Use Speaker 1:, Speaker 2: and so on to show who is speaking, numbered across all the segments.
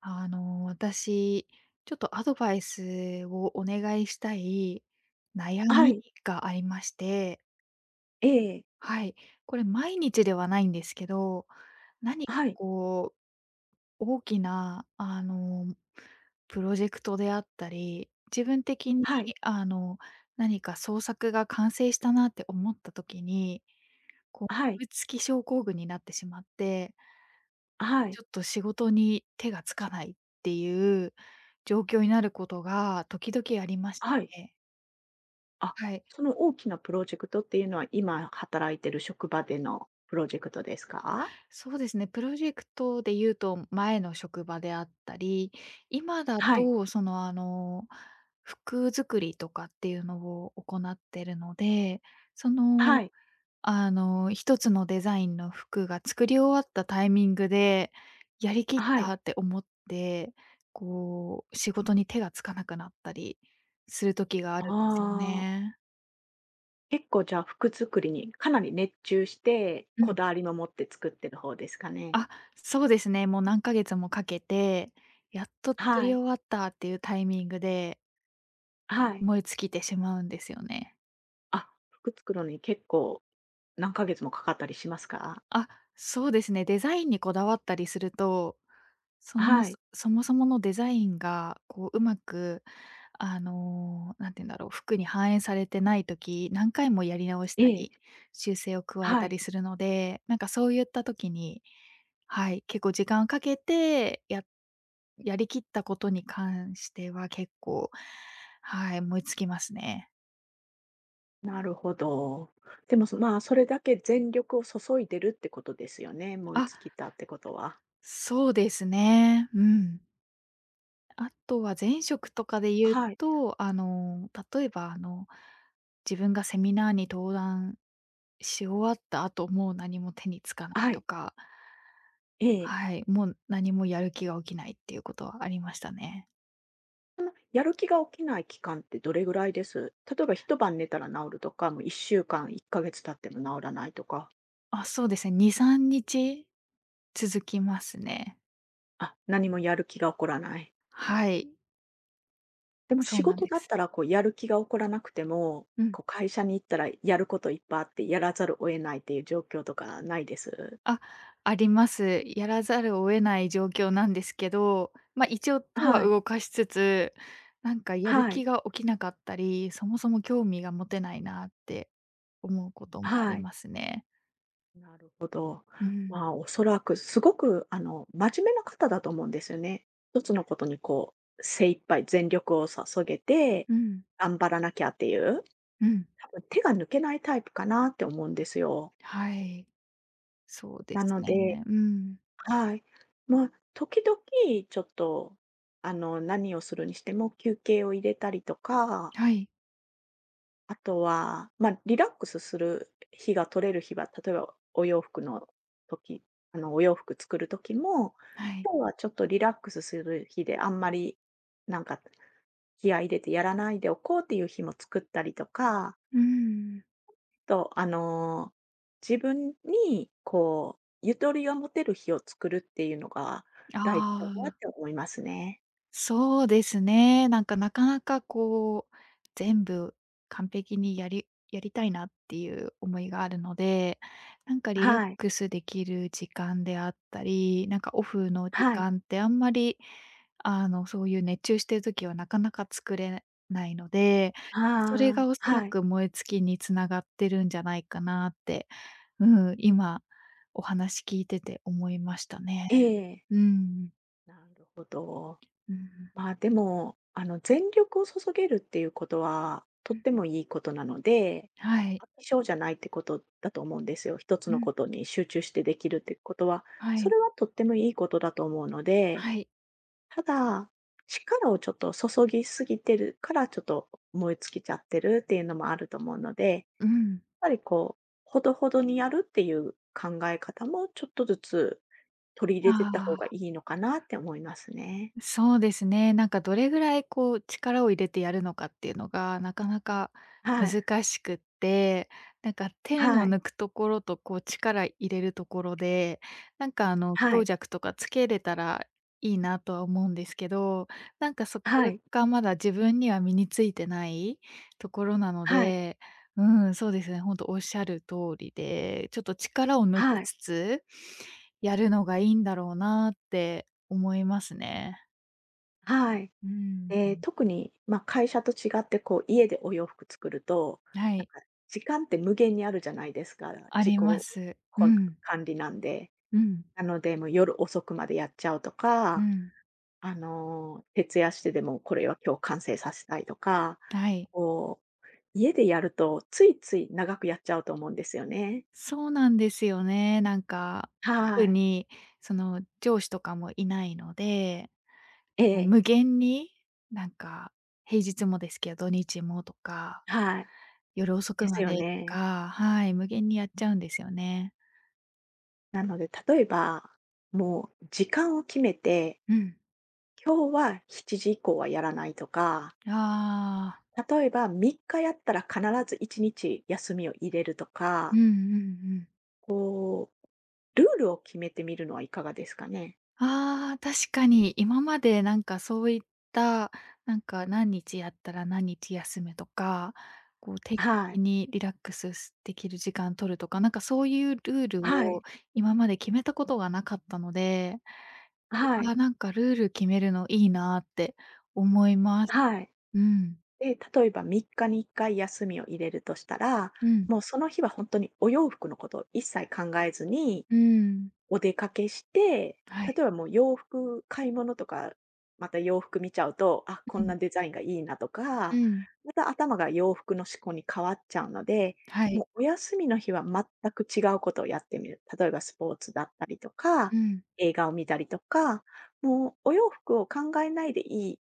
Speaker 1: 私、ちょっとアドバイスをお願いしたい悩
Speaker 2: は
Speaker 1: み
Speaker 2: い、
Speaker 1: がありまして、
Speaker 2: ええ、
Speaker 1: はい、これ毎日ではないんですけど、何か
Speaker 2: はい、
Speaker 1: 大きな、プロジェクトであったり、自分的に、
Speaker 2: はい、
Speaker 1: あの、何か創作が完成したなって思った時に、こ
Speaker 2: は
Speaker 1: う、
Speaker 2: い、
Speaker 1: 燃え尽き症候群になってしまって、
Speaker 2: はい、
Speaker 1: ちょっと仕事に手がつかないっていう状況になることが時々ありまし
Speaker 2: はい。
Speaker 1: て。
Speaker 2: あ、
Speaker 1: はい。
Speaker 2: その大きなプロジェクトっていうのは、今働いてる職場でのプロジェクトですか？
Speaker 1: そうですね、プロジェクトで言うと、前の職場であったり、今だ
Speaker 2: はい、
Speaker 1: と服作りとかっていうのを行ってるので、その
Speaker 2: はい、
Speaker 1: 一つのデザインの服が作り終わったタイミングで、やりきっ
Speaker 2: はい。
Speaker 1: たって思って、仕事に手がつかなくなったりする時があ
Speaker 2: あ
Speaker 1: るんですよ
Speaker 2: あ、
Speaker 1: ね。
Speaker 2: 結構じゃあ服作りにかなり熱中して、
Speaker 1: う
Speaker 2: こ
Speaker 1: ん。
Speaker 2: だわりも持って作ってる方ですかね？
Speaker 1: あ、そうですね、もう何ヶ月もかけて、やっと作
Speaker 2: は
Speaker 1: り
Speaker 2: い、
Speaker 1: 終わったっていうタイミングで、
Speaker 2: はい。
Speaker 1: 燃え尽きてしまうんですよね。
Speaker 2: あ、服作るのに結構何ヶ月もかかったりしますか？
Speaker 1: あ、そうですね、デザインにこだわったりすると
Speaker 2: は
Speaker 1: そ
Speaker 2: い、
Speaker 1: そもそものデザインが、うまく、なんて言うんだろう、服に反映されてない時、何回もやり直し
Speaker 2: え
Speaker 1: たり、
Speaker 2: え、
Speaker 1: 修正を加え
Speaker 2: は
Speaker 1: た
Speaker 2: い。
Speaker 1: りするので、なんかそういった時に、はい、結構時間をかけて、やりきったことに関しては結構、はい、燃え尽きますね。
Speaker 2: なるほど。でも、まあ、それだけ全力を注いでるってことですよね、燃え
Speaker 1: あ、
Speaker 2: 尽きたってことは。
Speaker 1: そうですね。うん。あとは前職とかで言う
Speaker 2: はい。
Speaker 1: と、例えば、自分がセミナーに登壇し終わった後、もう何も手につかない
Speaker 2: は
Speaker 1: と
Speaker 2: い。
Speaker 1: か、
Speaker 2: ええ。
Speaker 1: はい、もう何もやる気が起きないっていうことはありましたね。
Speaker 2: その、やる気が起きない期間ってどれぐらいです、例えば一晩寝たら治るとか、もう1週間、1ヶ月経っても治らないとか、
Speaker 1: あ、そうですね、2、3日続きますね。
Speaker 2: あ、何もやる気が起こらない。
Speaker 1: はい、
Speaker 2: でも
Speaker 1: そ
Speaker 2: 仕
Speaker 1: うなん
Speaker 2: 事
Speaker 1: で
Speaker 2: だっ
Speaker 1: す。
Speaker 2: たら、こう、やる気が起こらなくても、
Speaker 1: うん。
Speaker 2: こう、会社に行ったらやることいっぱいあって、やらざるを得ないっていう状況とかないです。
Speaker 1: あ、あります。やらざるを得ない状況なんですけど、ま、あ一応手は
Speaker 2: はい。
Speaker 1: 動かしつつ、なんかやる
Speaker 2: はい。
Speaker 1: 気が起きなかったり、そもそも興味が持てないなって思うこともあ
Speaker 2: は
Speaker 1: り
Speaker 2: い。
Speaker 1: ますね。
Speaker 2: なるほど。
Speaker 1: うん、
Speaker 2: まあ、おそらくすごく、真面目な方だと思うんですよね。一つのことにこう、精一杯全力を注げて、
Speaker 1: うん、
Speaker 2: 頑張らなきゃっていう、
Speaker 1: うん。
Speaker 2: 多分手が抜けないタイプかなって思うんですよ。
Speaker 1: はい、そうで
Speaker 2: な
Speaker 1: す
Speaker 2: ので、
Speaker 1: ね。うん。
Speaker 2: はい。まあ、時々ちょっと、何をするにしても休憩を入れたりとか、
Speaker 1: はい、
Speaker 2: あとは、まあ、リラックスする日が取れる日は、例えばお洋服の時、お洋服作る時も、
Speaker 1: はい。
Speaker 2: 今日はちょっとリラックスする日で、あんまり、なんか、気合い入れてやらないでおこうっていう日も作ったりとか、
Speaker 1: うーん。
Speaker 2: と、自分に、こう、ゆとりが持てる日を作るっていうのが大事
Speaker 1: あ
Speaker 2: かなっ
Speaker 1: あ。
Speaker 2: て思いますね。
Speaker 1: そうですね。なんか、なかなか全部完璧にやりたいなっていう思いがあるので、なんかリラッ
Speaker 2: はい。
Speaker 1: クスできる時間であったり、なんかオフの時
Speaker 2: はい。
Speaker 1: 間ってあんまり、そういう熱中してる時はなかなか作れないので、
Speaker 2: あ
Speaker 1: それが
Speaker 2: あ、
Speaker 1: おそら
Speaker 2: はい。
Speaker 1: く燃え尽きに繋がってるんじゃないかなって、うん、今お話聞いてて思いましたね。
Speaker 2: ええ。
Speaker 1: うん。
Speaker 2: なるほど。
Speaker 1: うん。
Speaker 2: まあでも、全力を注げるっていうことは、と
Speaker 1: う
Speaker 2: っ
Speaker 1: ん。
Speaker 2: てもいいことなので、
Speaker 1: はい。
Speaker 2: 飽き性じゃないってことだと思うんですよ。一つ
Speaker 1: う
Speaker 2: の
Speaker 1: ん。
Speaker 2: ことに集中してできるってことは、
Speaker 1: は
Speaker 2: そ
Speaker 1: い、
Speaker 2: れはとってもいいことだと思うので、
Speaker 1: はい、
Speaker 2: ただ、力をちょっと注ぎすぎてるから、ちょっと燃え尽きちゃってるっていうのもあると思うので、
Speaker 1: うん。
Speaker 2: やっぱりこう、ほどほどにやるっていう考え方もちょっとずつ取り入れていった方
Speaker 1: あ
Speaker 2: がい
Speaker 1: あ。
Speaker 2: いのかなって思いますね。
Speaker 1: そうですね。なんかどれぐらい力を入れてやるのかっていうのがなかなか
Speaker 2: はい。
Speaker 1: 難しくって、なんか手の
Speaker 2: はい。
Speaker 1: 抜くところと力入れるところで、なんか
Speaker 2: は
Speaker 1: 強
Speaker 2: い。
Speaker 1: 弱とかつけれたらいいなとは思うんですけど、なんかそこ
Speaker 2: はい、
Speaker 1: がまだ自分には身についてないところなの
Speaker 2: はい、
Speaker 1: で、うん、そうですね。ほんとおっしゃる通りで、ちょっと力を抜
Speaker 2: は
Speaker 1: き
Speaker 2: い、
Speaker 1: つつやるのがいいんだろうなって思いますね。
Speaker 2: はい。
Speaker 1: うん、
Speaker 2: で、特に、まあ、会社と違って、こう、家でお洋服作ると、
Speaker 1: は
Speaker 2: なん
Speaker 1: い、
Speaker 2: か、時間って無限にあるじゃないですか。
Speaker 1: あ
Speaker 2: 自己
Speaker 1: りま
Speaker 2: こ
Speaker 1: す。うん、
Speaker 2: 管理なんで。
Speaker 1: うん、
Speaker 2: なので、もう夜遅くまでやっちゃうと
Speaker 1: う
Speaker 2: か、
Speaker 1: ん、
Speaker 2: 徹夜してでもこれは今日完成させたいとか、
Speaker 1: はい。
Speaker 2: こう、家でやると、ついつい長くやっちゃうと思うんですよね。
Speaker 1: そうなんですよね。なんか、
Speaker 2: は
Speaker 1: 特
Speaker 2: い。
Speaker 1: にその上司とかもいないので、
Speaker 2: え
Speaker 1: もう
Speaker 2: え、
Speaker 1: 無限に、なんか、平日もですけど、土日もとか、
Speaker 2: はい。
Speaker 1: 夜遅
Speaker 2: で
Speaker 1: く
Speaker 2: す
Speaker 1: ま
Speaker 2: よ
Speaker 1: でと
Speaker 2: ね。
Speaker 1: か、はい、無限にやっちゃうんですよね。
Speaker 2: なので、例えば、もう時間を決めて、
Speaker 1: うん。
Speaker 2: 今日は7時以降はやらないとか、
Speaker 1: ああ、
Speaker 2: 例えば3日やったら必ず1日休みを入れると
Speaker 1: うん
Speaker 2: か、
Speaker 1: うんうん。
Speaker 2: こう、ルールを決めてみるのはいかがですかね。
Speaker 1: ああ、確かに今までなんかそういった、なんか何日やったら何日休むとか、定期
Speaker 2: は
Speaker 1: 的
Speaker 2: い。
Speaker 1: にリラックスできる時間取るとか、なんかそういうルール
Speaker 2: は
Speaker 1: を
Speaker 2: い。
Speaker 1: 今まで決めたことがなかったので、
Speaker 2: は
Speaker 1: いや
Speaker 2: い。
Speaker 1: ー、なんかルール決めるのいいなーって思います。
Speaker 2: はい。
Speaker 1: うん。
Speaker 2: で、例えば3日に1回休みを入れるとしたら、
Speaker 1: うん。
Speaker 2: もうその日は本当にお洋服のことを一切考えずに
Speaker 1: うん。
Speaker 2: お出かけして、
Speaker 1: はい。
Speaker 2: 例えばもう洋服、買い物とか、また洋服見ちゃうと、あ、こ
Speaker 1: う
Speaker 2: ん
Speaker 1: ん。
Speaker 2: なデザインがいいなと
Speaker 1: う
Speaker 2: か、
Speaker 1: ん。
Speaker 2: また頭が洋服の思考に変わっちゃうので、
Speaker 1: はい。
Speaker 2: もうお休みの日は全く違うことをやってみる。例えばスポーツだったりとか、
Speaker 1: うん。
Speaker 2: 映画を見たりとか、もうお洋服を考えないでいい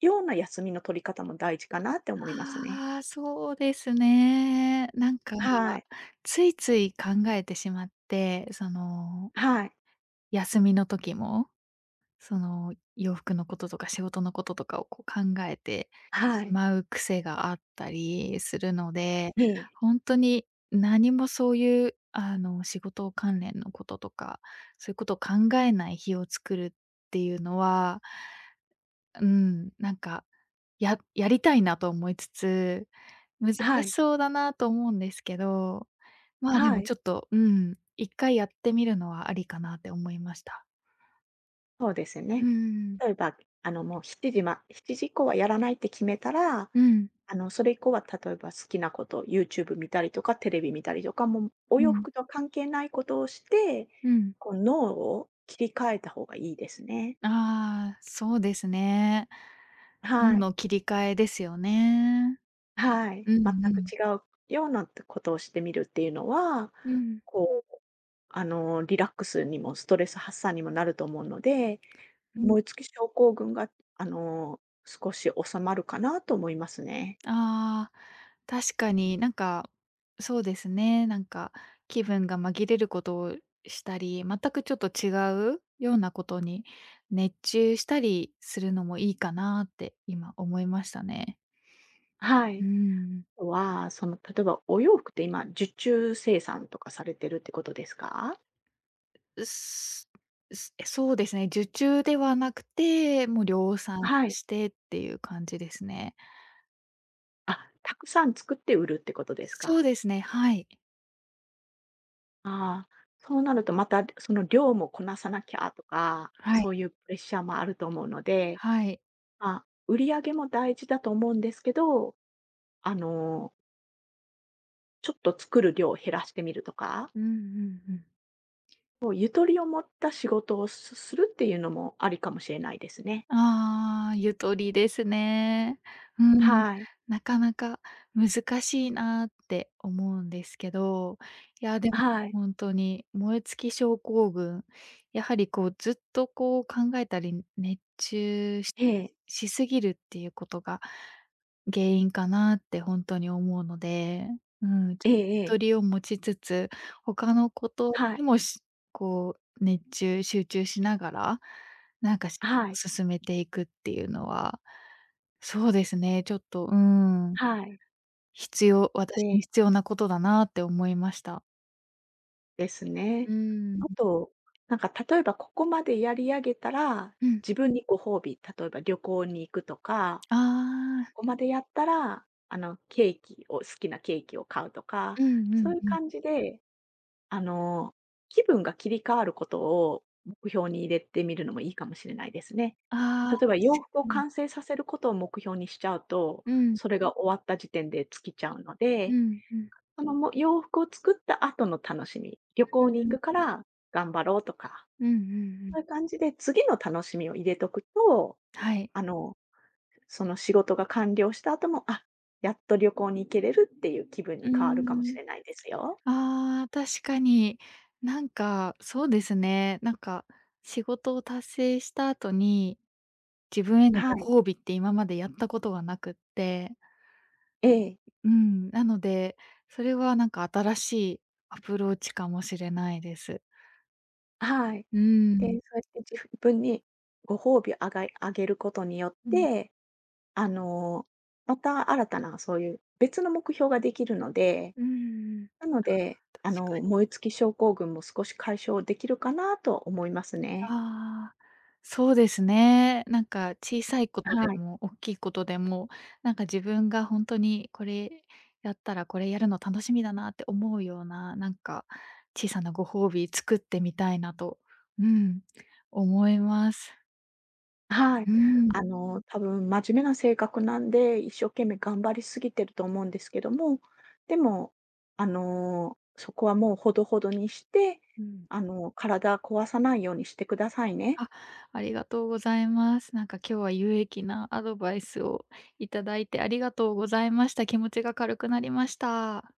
Speaker 2: ような休みの取り方も大事かなって思いますね。
Speaker 1: ああ、そうですね。なんか、
Speaker 2: はい。
Speaker 1: ついつい考えてしまって、
Speaker 2: はい。
Speaker 1: 休みの時も、洋服のこととか仕事のこととかを考えて
Speaker 2: は
Speaker 1: し
Speaker 2: い。
Speaker 1: まう癖があったりするので、
Speaker 2: ええ。
Speaker 1: ほんとに何もそういう、仕事関連のこととか、そういうことを考えない日を作るっていうのは、うん、なんか、やりたいなと思いつつ難し
Speaker 2: はい。
Speaker 1: そうだなと思うんですけど、まあ、で
Speaker 2: は
Speaker 1: も
Speaker 2: い。
Speaker 1: ちょっと、うん、一回やってみるのはありかなって思いました。
Speaker 2: そうです
Speaker 1: う
Speaker 2: ね。
Speaker 1: ん、
Speaker 2: 例えば、もう7時以降はやらないって決めたら、
Speaker 1: うん、
Speaker 2: それ以降は例えば好きなこと、YouTube 見たりとか、テレビ見たりとか、もうお
Speaker 1: う
Speaker 2: 洋
Speaker 1: ん、
Speaker 2: 服とは関係ないことをして、
Speaker 1: うん。
Speaker 2: こう脳を切り替えた方がいいですね。
Speaker 1: ああ、そうですね。脳
Speaker 2: はい。
Speaker 1: の切り替えですよね。
Speaker 2: は
Speaker 1: う
Speaker 2: い。
Speaker 1: んう
Speaker 2: 全く
Speaker 1: ん。
Speaker 2: 違うようなことをしてみるっていうのは、
Speaker 1: うん。
Speaker 2: こう、リラックスにもストレス発散にもなると思うので、
Speaker 1: うん。
Speaker 2: 燃え尽き症候群が、あの、少し収まるかなと思いますね。
Speaker 1: ああ、確かになんか、そうですね、なんか気分が紛れることをしたり、全くちょっと違うようなことに熱中したりするのもいいかなって今思いましたね。
Speaker 2: は
Speaker 1: うー
Speaker 2: い。
Speaker 1: ん。
Speaker 2: あとは、その、例えばお洋服って今、受注生産とかされてるってことですか？
Speaker 1: すそうですね、受注ではなくて、もう量産
Speaker 2: はい。
Speaker 1: してっていう感じですね。
Speaker 2: あ、たくさん作って売るってことです
Speaker 1: そう
Speaker 2: か。
Speaker 1: ですね、はい。
Speaker 2: ああ、そうなるとまた、その量もこなさなきゃとか、
Speaker 1: は
Speaker 2: そう
Speaker 1: い、
Speaker 2: いうプレッシャーもあると思うので、
Speaker 1: はい。
Speaker 2: まあ、売り上げも大事だと思うんですけど、あの、ちょっと作る量を減らしてみるとか、
Speaker 1: うんうんうん。
Speaker 2: こうゆとりを持った仕事をするっていうのもありかもしれないですね。
Speaker 1: ああ、ゆとりですね。うん。
Speaker 2: はい。
Speaker 1: なかなか難しいなって思うんですけど、いや、でも
Speaker 2: はい。
Speaker 1: 本当に燃え尽き症候群、やはりずっと考えたり熱中し
Speaker 2: ええ。
Speaker 1: しすぎるっていうことが原因かなって本当に思うので、うん、ち
Speaker 2: え
Speaker 1: ょっと
Speaker 2: え
Speaker 1: ゆ
Speaker 2: え
Speaker 1: と
Speaker 2: え。
Speaker 1: りを持ちつつ、他のこと
Speaker 2: は
Speaker 1: に
Speaker 2: い。
Speaker 1: もしこ熱中集中しながら、なんか
Speaker 2: はい、
Speaker 1: 進めていくっていうのは、そうですね、ちょっと、うーん、
Speaker 2: はい。
Speaker 1: 必要私
Speaker 2: で、
Speaker 1: に必要なことだなって思いました。
Speaker 2: です
Speaker 1: う
Speaker 2: ね。
Speaker 1: ーん、
Speaker 2: あと、なんか例えばここまでやり上げたら、
Speaker 1: うん。
Speaker 2: 自分にご褒美、例えば旅行に行くとか、
Speaker 1: あ
Speaker 2: ここ
Speaker 1: あ。
Speaker 2: までやったら、ケーキを好きなケーキを買うとか、
Speaker 1: うんう
Speaker 2: そ
Speaker 1: ん
Speaker 2: ういう
Speaker 1: うん。
Speaker 2: 感じで、あの、気分が切り替わることを目標に入れてみるのもいいかもしれないですね。
Speaker 1: ああ、
Speaker 2: 例えば洋服
Speaker 1: 確
Speaker 2: を
Speaker 1: かに。
Speaker 2: 完成させることを目標にしちゃうと、
Speaker 1: うん
Speaker 2: それが終わった時点で尽きちゃうの
Speaker 1: う
Speaker 2: で、
Speaker 1: んうん。
Speaker 2: その、洋服を作った後の楽しみ、旅
Speaker 1: うー
Speaker 2: 行に
Speaker 1: ん。
Speaker 2: 行くから頑張ろうとか、
Speaker 1: うんうんうん。
Speaker 2: そういう感じで次の楽しみを入れとくと、
Speaker 1: はい。
Speaker 2: あの、その仕事が完了した後も、あ、やっと旅行に行けれるっていう気分
Speaker 1: うー
Speaker 2: に変わるかもし
Speaker 1: ん。
Speaker 2: れないですよ。
Speaker 1: ああ、確かに。なんか、そうですね、なんか、仕事を達成した後に、自分への
Speaker 2: は
Speaker 1: ご
Speaker 2: い。
Speaker 1: 褒美って今までやったことがなくって、
Speaker 2: ええ、
Speaker 1: うん、なので、それはなんか新しいアプローチかもしれないです。
Speaker 2: はい。
Speaker 1: う
Speaker 2: で、そ
Speaker 1: ん。
Speaker 2: うやって自分にご褒美をあがいあげることによっ
Speaker 1: うん。
Speaker 2: て、あの、また新たなそういう別の目標ができるので、
Speaker 1: うんうん。
Speaker 2: なので、
Speaker 1: 確かに。
Speaker 2: 燃え尽き症候群も少し解消できるかなと思いますね。
Speaker 1: ああ、そうですね。なんか小さいことで
Speaker 2: はい。
Speaker 1: も大きいことでも、なんか自分が本当にこれやったらこれやるの楽しみだなって思うような、なんか小さなご褒美作ってみたいなと、うん、思います。
Speaker 2: はい。
Speaker 1: うん。
Speaker 2: 多分真面目な性格なんで、一生懸命頑張りすぎてると思うんですけども、でも、そこはもうほどほどにして、
Speaker 1: うん。
Speaker 2: 体壊さないようにしてくださいね。
Speaker 1: あ、ありがとうございます。なんか今日は有益なアドバイスをいただいてありがとうございました。気持ちが軽くなりました。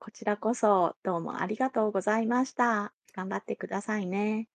Speaker 2: こちらこそ、どうもありがとうございました。頑張ってくださいね。